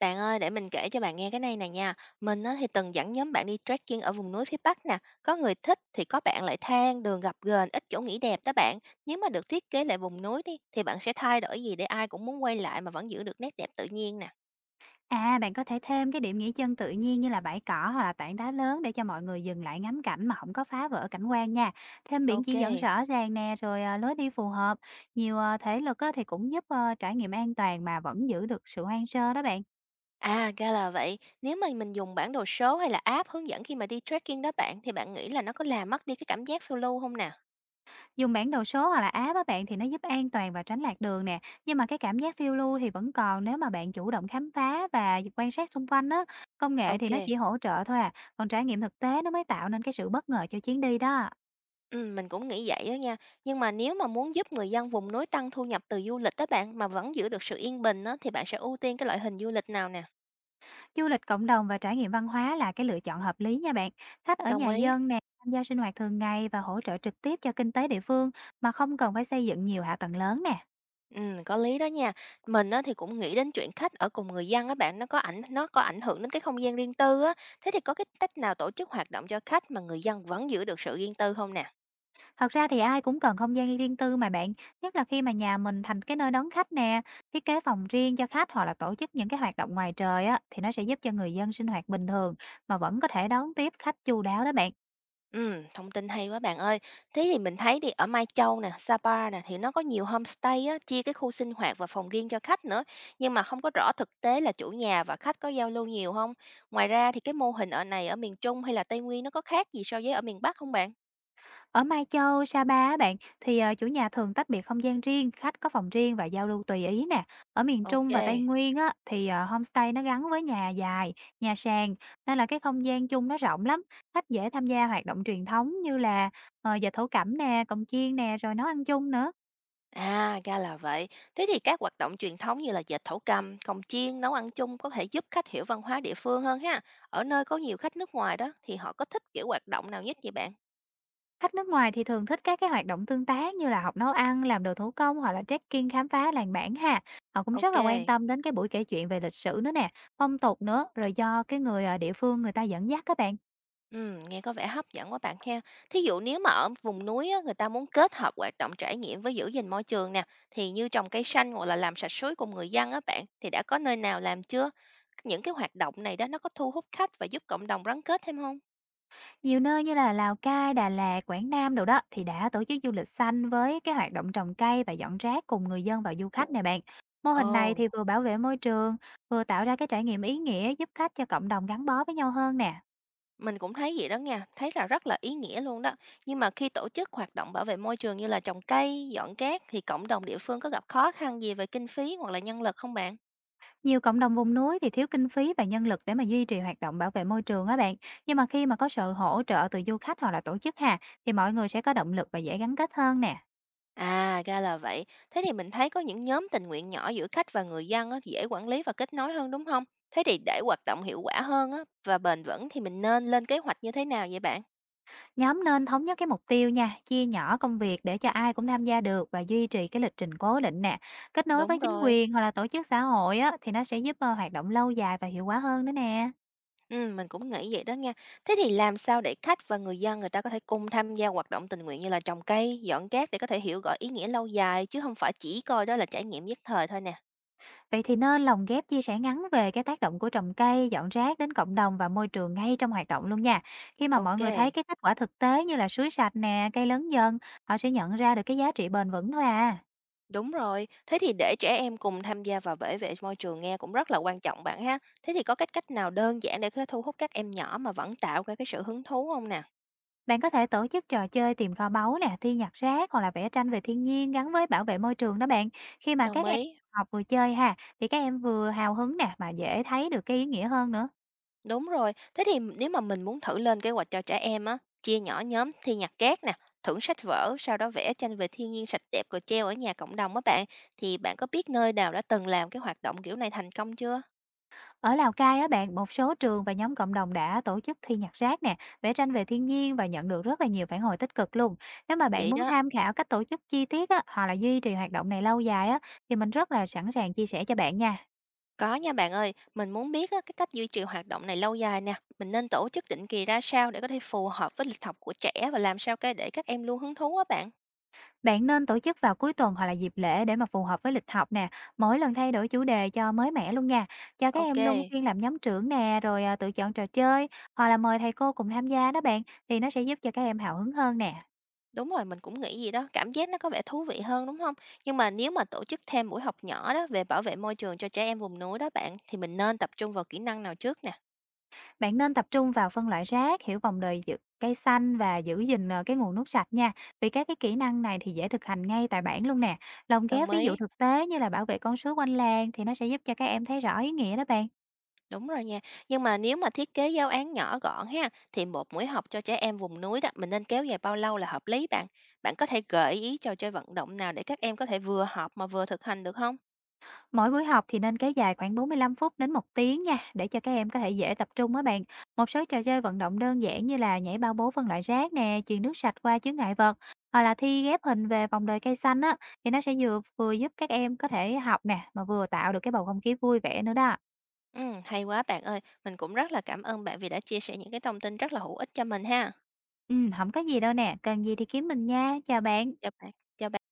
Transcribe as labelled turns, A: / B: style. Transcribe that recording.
A: Bạn ơi, để mình kể cho bạn nghe cái này nè nha. Mình á, thì từng dẫn nhóm bạn đi trekking ở vùng núi phía Bắc nè. Có người thích thì có bạn lại than, đường gập ghềnh, ít chỗ nghỉ đẹp đó bạn. Nếu mà được thiết kế lại vùng núi đi, thì bạn sẽ thay đổi gì để ai cũng muốn quay lại mà vẫn giữ được nét đẹp tự nhiên nè.
B: À, bạn có thể thêm cái điểm nghỉ chân tự nhiên như là bãi cỏ hoặc là tảng đá lớn để cho mọi người dừng lại ngắm cảnh mà không có phá vỡ cảnh quan nha. Thêm biển
A: Ok.
B: chỉ dẫn rõ ràng nè, rồi lối đi phù hợp. Nhiều thể lực á, thì cũng giúp trải nghiệm an toàn mà vẫn giữ được sự hoang sơ đó bạn.
A: À, ra là vậy. Nếu mà mình dùng bản đồ số hay là app hướng dẫn khi mà đi trekking đó bạn, thì bạn nghĩ là nó có làm mất đi cái cảm giác phiêu lưu không nè?
B: Dùng bản đồ số hoặc là app á bạn thì nó giúp an toàn và tránh lạc đường nè. Nhưng mà cái cảm giác phiêu lưu thì vẫn còn nếu mà bạn chủ động khám phá và quan sát xung quanh á. Công nghệ thì
A: Ok.
B: nó chỉ hỗ trợ thôi à, còn trải nghiệm thực tế nó mới tạo nên cái sự bất ngờ cho chuyến đi đó.
A: Mình cũng nghĩ vậy đó nha. Nhưng mà nếu mà muốn giúp người dân vùng núi tăng thu nhập từ du lịch đó bạn mà vẫn giữ được sự yên bình đó thì bạn sẽ ưu tiên cái loại hình du lịch nào nè?
B: Du lịch cộng đồng và trải nghiệm văn hóa là cái lựa chọn hợp lý nha bạn. Khách ở
A: Đồng
B: nhà
A: ý.
B: dân nè, tham gia sinh hoạt thường ngày và hỗ trợ trực tiếp cho kinh tế địa phương mà không cần phải xây dựng nhiều hạ tầng lớn nè.
A: Có lý đó nha. Mình á, thì cũng nghĩ đến chuyện khách ở cùng người dân á bạn, nó có ảnh hưởng đến cái không gian riêng tư á. Thế thì có cái cách nào tổ chức hoạt động cho khách mà người dân vẫn giữ được sự riêng tư không nè?
B: Thật ra thì ai cũng cần không gian riêng tư mà bạn, nhất là khi mà nhà mình thành cái nơi đón khách nè, thiết kế phòng riêng cho khách hoặc là tổ chức những cái hoạt động ngoài trời á thì nó sẽ giúp cho người dân sinh hoạt bình thường mà vẫn có thể đón tiếp khách chu đáo đó bạn.
A: Thông tin hay quá bạn ơi. Thế thì mình thấy ở Mai Châu nè, Sapa nè thì nó có nhiều homestay á, chia cái khu sinh hoạt và phòng riêng cho khách nữa, nhưng mà không có rõ thực tế là chủ nhà và khách có giao lưu nhiều không? Ngoài ra thì cái mô hình ở này ở miền Trung hay là Tây Nguyên nó có khác gì so với ở miền Bắc không bạn?
B: Ở Mai Châu, Sa Pa á bạn, thì, chủ nhà thường tách biệt không gian riêng, khách có phòng riêng và giao lưu tùy ý nè. Ở miền
A: Ok.
B: Trung và Tây Nguyên á, thì, homestay nó gắn với nhà dài, nhà sàn, nên là cái không gian chung nó rộng lắm. Khách dễ tham gia hoạt động truyền thống như là, dệt thổ cẩm nè, cồng chiên nè, rồi nấu ăn chung nữa.
A: À, ra là vậy. Thế thì các hoạt động truyền thống như là dệt thổ cầm, cồng chiên, nấu ăn chung có thể giúp khách hiểu văn hóa địa phương hơn ha. Ở nơi có nhiều khách nước ngoài đó thì họ có thích kiểu hoạt động nào nhất vậy bạn?
B: Khách nước ngoài thì thường thích các cái hoạt động tương tác như là học nấu ăn, làm đồ thủ công hoặc là trekking khám phá làng bản ha. Họ cũng rất
A: Ok.
B: là quan tâm đến cái buổi kể chuyện về lịch sử nữa nè, phong tục nữa, rồi do cái người, địa phương người ta dẫn dắt các bạn.
A: Nghe có vẻ hấp dẫn quá bạn ha. Thí dụ nếu mà ở vùng núi á, người ta muốn kết hợp hoạt động trải nghiệm với giữ gìn môi trường nè, thì như trồng cây xanh hoặc là làm sạch suối cùng người dân á bạn, thì đã có nơi nào làm chưa? Những cái hoạt động này đó nó có thu hút khách và giúp cộng đồng gắn kết thêm không?
B: Nhiều nơi như là Lào Cai, Đà Lạt, Quảng Nam đồ đó thì đã tổ chức du lịch xanh với cái hoạt động trồng cây và dọn rác cùng người dân và du khách nè bạn. Mô hình này
A: Ồ,
B: thì vừa bảo vệ môi trường, vừa tạo ra cái trải nghiệm ý nghĩa giúp khách cho cộng đồng gắn bó với nhau hơn nè.
A: mình cũng thấy vậy đó nha, thấy là rất là ý nghĩa luôn đó. Nhưng mà khi tổ chức hoạt động bảo vệ môi trường như là trồng cây, dọn rác thì cộng đồng địa phương có gặp khó khăn gì về kinh phí hoặc là nhân lực không bạn?
B: Nhiều cộng đồng vùng núi thì thiếu kinh phí và nhân lực để mà duy trì hoạt động bảo vệ môi trường á bạn. Nhưng mà khi mà có sự hỗ trợ từ du khách hoặc là tổ chức ha, thì mọi người sẽ có động lực và dễ gắn kết hơn nè.
A: À, ra là vậy. Thế thì mình thấy có những nhóm tình nguyện nhỏ giữa khách và người dân á, thì dễ quản lý và kết nối hơn đúng không? Thế thì để hoạt động hiệu quả hơn á, và bền vững thì mình nên lên kế hoạch như thế nào vậy bạn?
B: Nhóm nên thống nhất cái mục tiêu nha, chia nhỏ công việc để cho ai cũng tham gia được và duy trì cái lịch trình cố định nè. Kết nối với
A: Đúng
B: chính
A: rồi.
B: quyền hoặc là tổ chức xã hội á, thì nó sẽ giúp hoạt động lâu dài và hiệu quả hơn nữa nè.
A: Ừ, mình cũng nghĩ vậy đó nha. Thế thì làm sao để khách và người dân người ta có thể cùng tham gia hoạt động tình nguyện như là trồng cây, dọn rác để có thể hiểu rõ ý nghĩa lâu dài chứ không phải chỉ coi đó là trải nghiệm nhất thời thôi nè.
B: Vậy thì nên lồng ghép chia sẻ ngắn về cái tác động của trồng cây, dọn rác đến cộng đồng và môi trường ngay trong hoạt động luôn nha. Khi mà mọi người thấy
A: Ok.
B: cái kết quả thực tế như là suối sạch nè, cây lớn dần, họ sẽ nhận ra được cái giá trị bền vững thôi à.
A: Đúng rồi, thế thì để trẻ em cùng tham gia vào bảo vệ môi trường nghe cũng rất là quan trọng bạn ha. Thế thì có cách cách nào đơn giản để có thể thu hút các em nhỏ mà vẫn tạo ra cái sự hứng thú không nè?
B: Bạn có thể tổ chức trò chơi tìm kho báu nè, thi nhặt rác hoặc là vẽ tranh về thiên nhiên gắn với bảo vệ môi trường đó bạn. Khi mà
A: Đồng
B: các em
A: ý.
B: học vừa chơi ha, thì các em vừa hào hứng nè mà dễ thấy được cái ý nghĩa hơn nữa.
A: Đúng rồi, thế thì nếu mà mình muốn thử lên kế hoạch cho trẻ em á, chia nhỏ nhóm thi nhặt rác nè, thưởng sách vở, sau đó vẽ tranh về thiên nhiên sạch đẹp rồi treo ở nhà cộng đồng á bạn, thì bạn có biết nơi nào đã từng làm cái hoạt động kiểu này thành công chưa?
B: Ở Lào Cai á bạn, một số trường và nhóm cộng đồng đã tổ chức thi nhặt rác nè, vẽ tranh về thiên nhiên và nhận được rất là nhiều phản hồi tích cực luôn. Nếu mà bạn
A: Vậy
B: muốn
A: đó.
B: tham khảo cách tổ chức chi tiết á, hoặc là duy trì hoạt động này lâu dài á, thì mình rất là sẵn sàng chia sẻ cho bạn nha.
A: Có nha bạn ơi, mình muốn biết á, cái cách duy trì hoạt động này lâu dài nè, mình nên tổ chức định kỳ ra sao để có thể phù hợp với lịch học của trẻ và làm sao cái để các em luôn hứng thú á bạn.
B: Bạn nên tổ chức vào cuối tuần hoặc là dịp lễ để mà phù hợp với lịch học nè. Mỗi lần thay đổi chủ đề cho mới mẻ luôn nha. Cho các
A: Ok,
B: em luân phiên làm nhóm trưởng nè, rồi tự chọn trò chơi hoặc là mời thầy cô cùng tham gia đó bạn thì nó sẽ giúp cho các em hào hứng hơn nè.
A: đúng rồi, mình cũng nghĩ gì đó, cảm giác nó có vẻ thú vị hơn đúng không? Nhưng mà nếu mà tổ chức thêm buổi học nhỏ đó về bảo vệ môi trường cho trẻ em vùng núi đó bạn, thì mình nên tập trung vào kỹ năng nào trước nè?
B: Bạn nên tập trung vào phân loại rác, hiểu vòng đời giữ cây xanh và giữ gìn cái nguồn nước sạch nha. Vì các cái kỹ năng này thì dễ thực hành ngay tại bản luôn nè. Lồng ghép
A: Đồng
B: ví dụ
A: ý.
B: thực tế như là bảo vệ con suối quanh làng thì nó sẽ giúp cho các em thấy rõ ý nghĩa đó bạn.
A: Đúng rồi nha. Nhưng mà nếu mà thiết kế giáo án nhỏ gọn ha, thì một buổi học cho trẻ em vùng núi đó, mình nên kéo dài bao lâu là hợp lý bạn? Bạn có thể gợi ý trò chơi vận động nào để các em có thể vừa học mà vừa thực hành được không?
B: Mỗi buổi học thì nên kéo dài khoảng 45 phút đến một tiếng nha, để cho các em có thể dễ tập trung á bạn. Một số trò chơi vận động đơn giản như là nhảy bao bố phân loại rác nè, chuyền nước sạch qua chướng ngại vật, hoặc là thi ghép hình về vòng đời cây xanh á, thì nó sẽ vừa vừa giúp các em có thể học nè, mà vừa tạo được cái bầu không khí vui vẻ nữa đó.
A: Ừ, hay quá bạn ơi. Mình cũng rất là cảm ơn bạn vì đã chia sẻ những cái thông tin rất là hữu ích cho mình ha.
B: Ừ, không có gì đâu nè, cần gì thì kiếm mình nha, chào bạn.
A: Chào bạn. Chào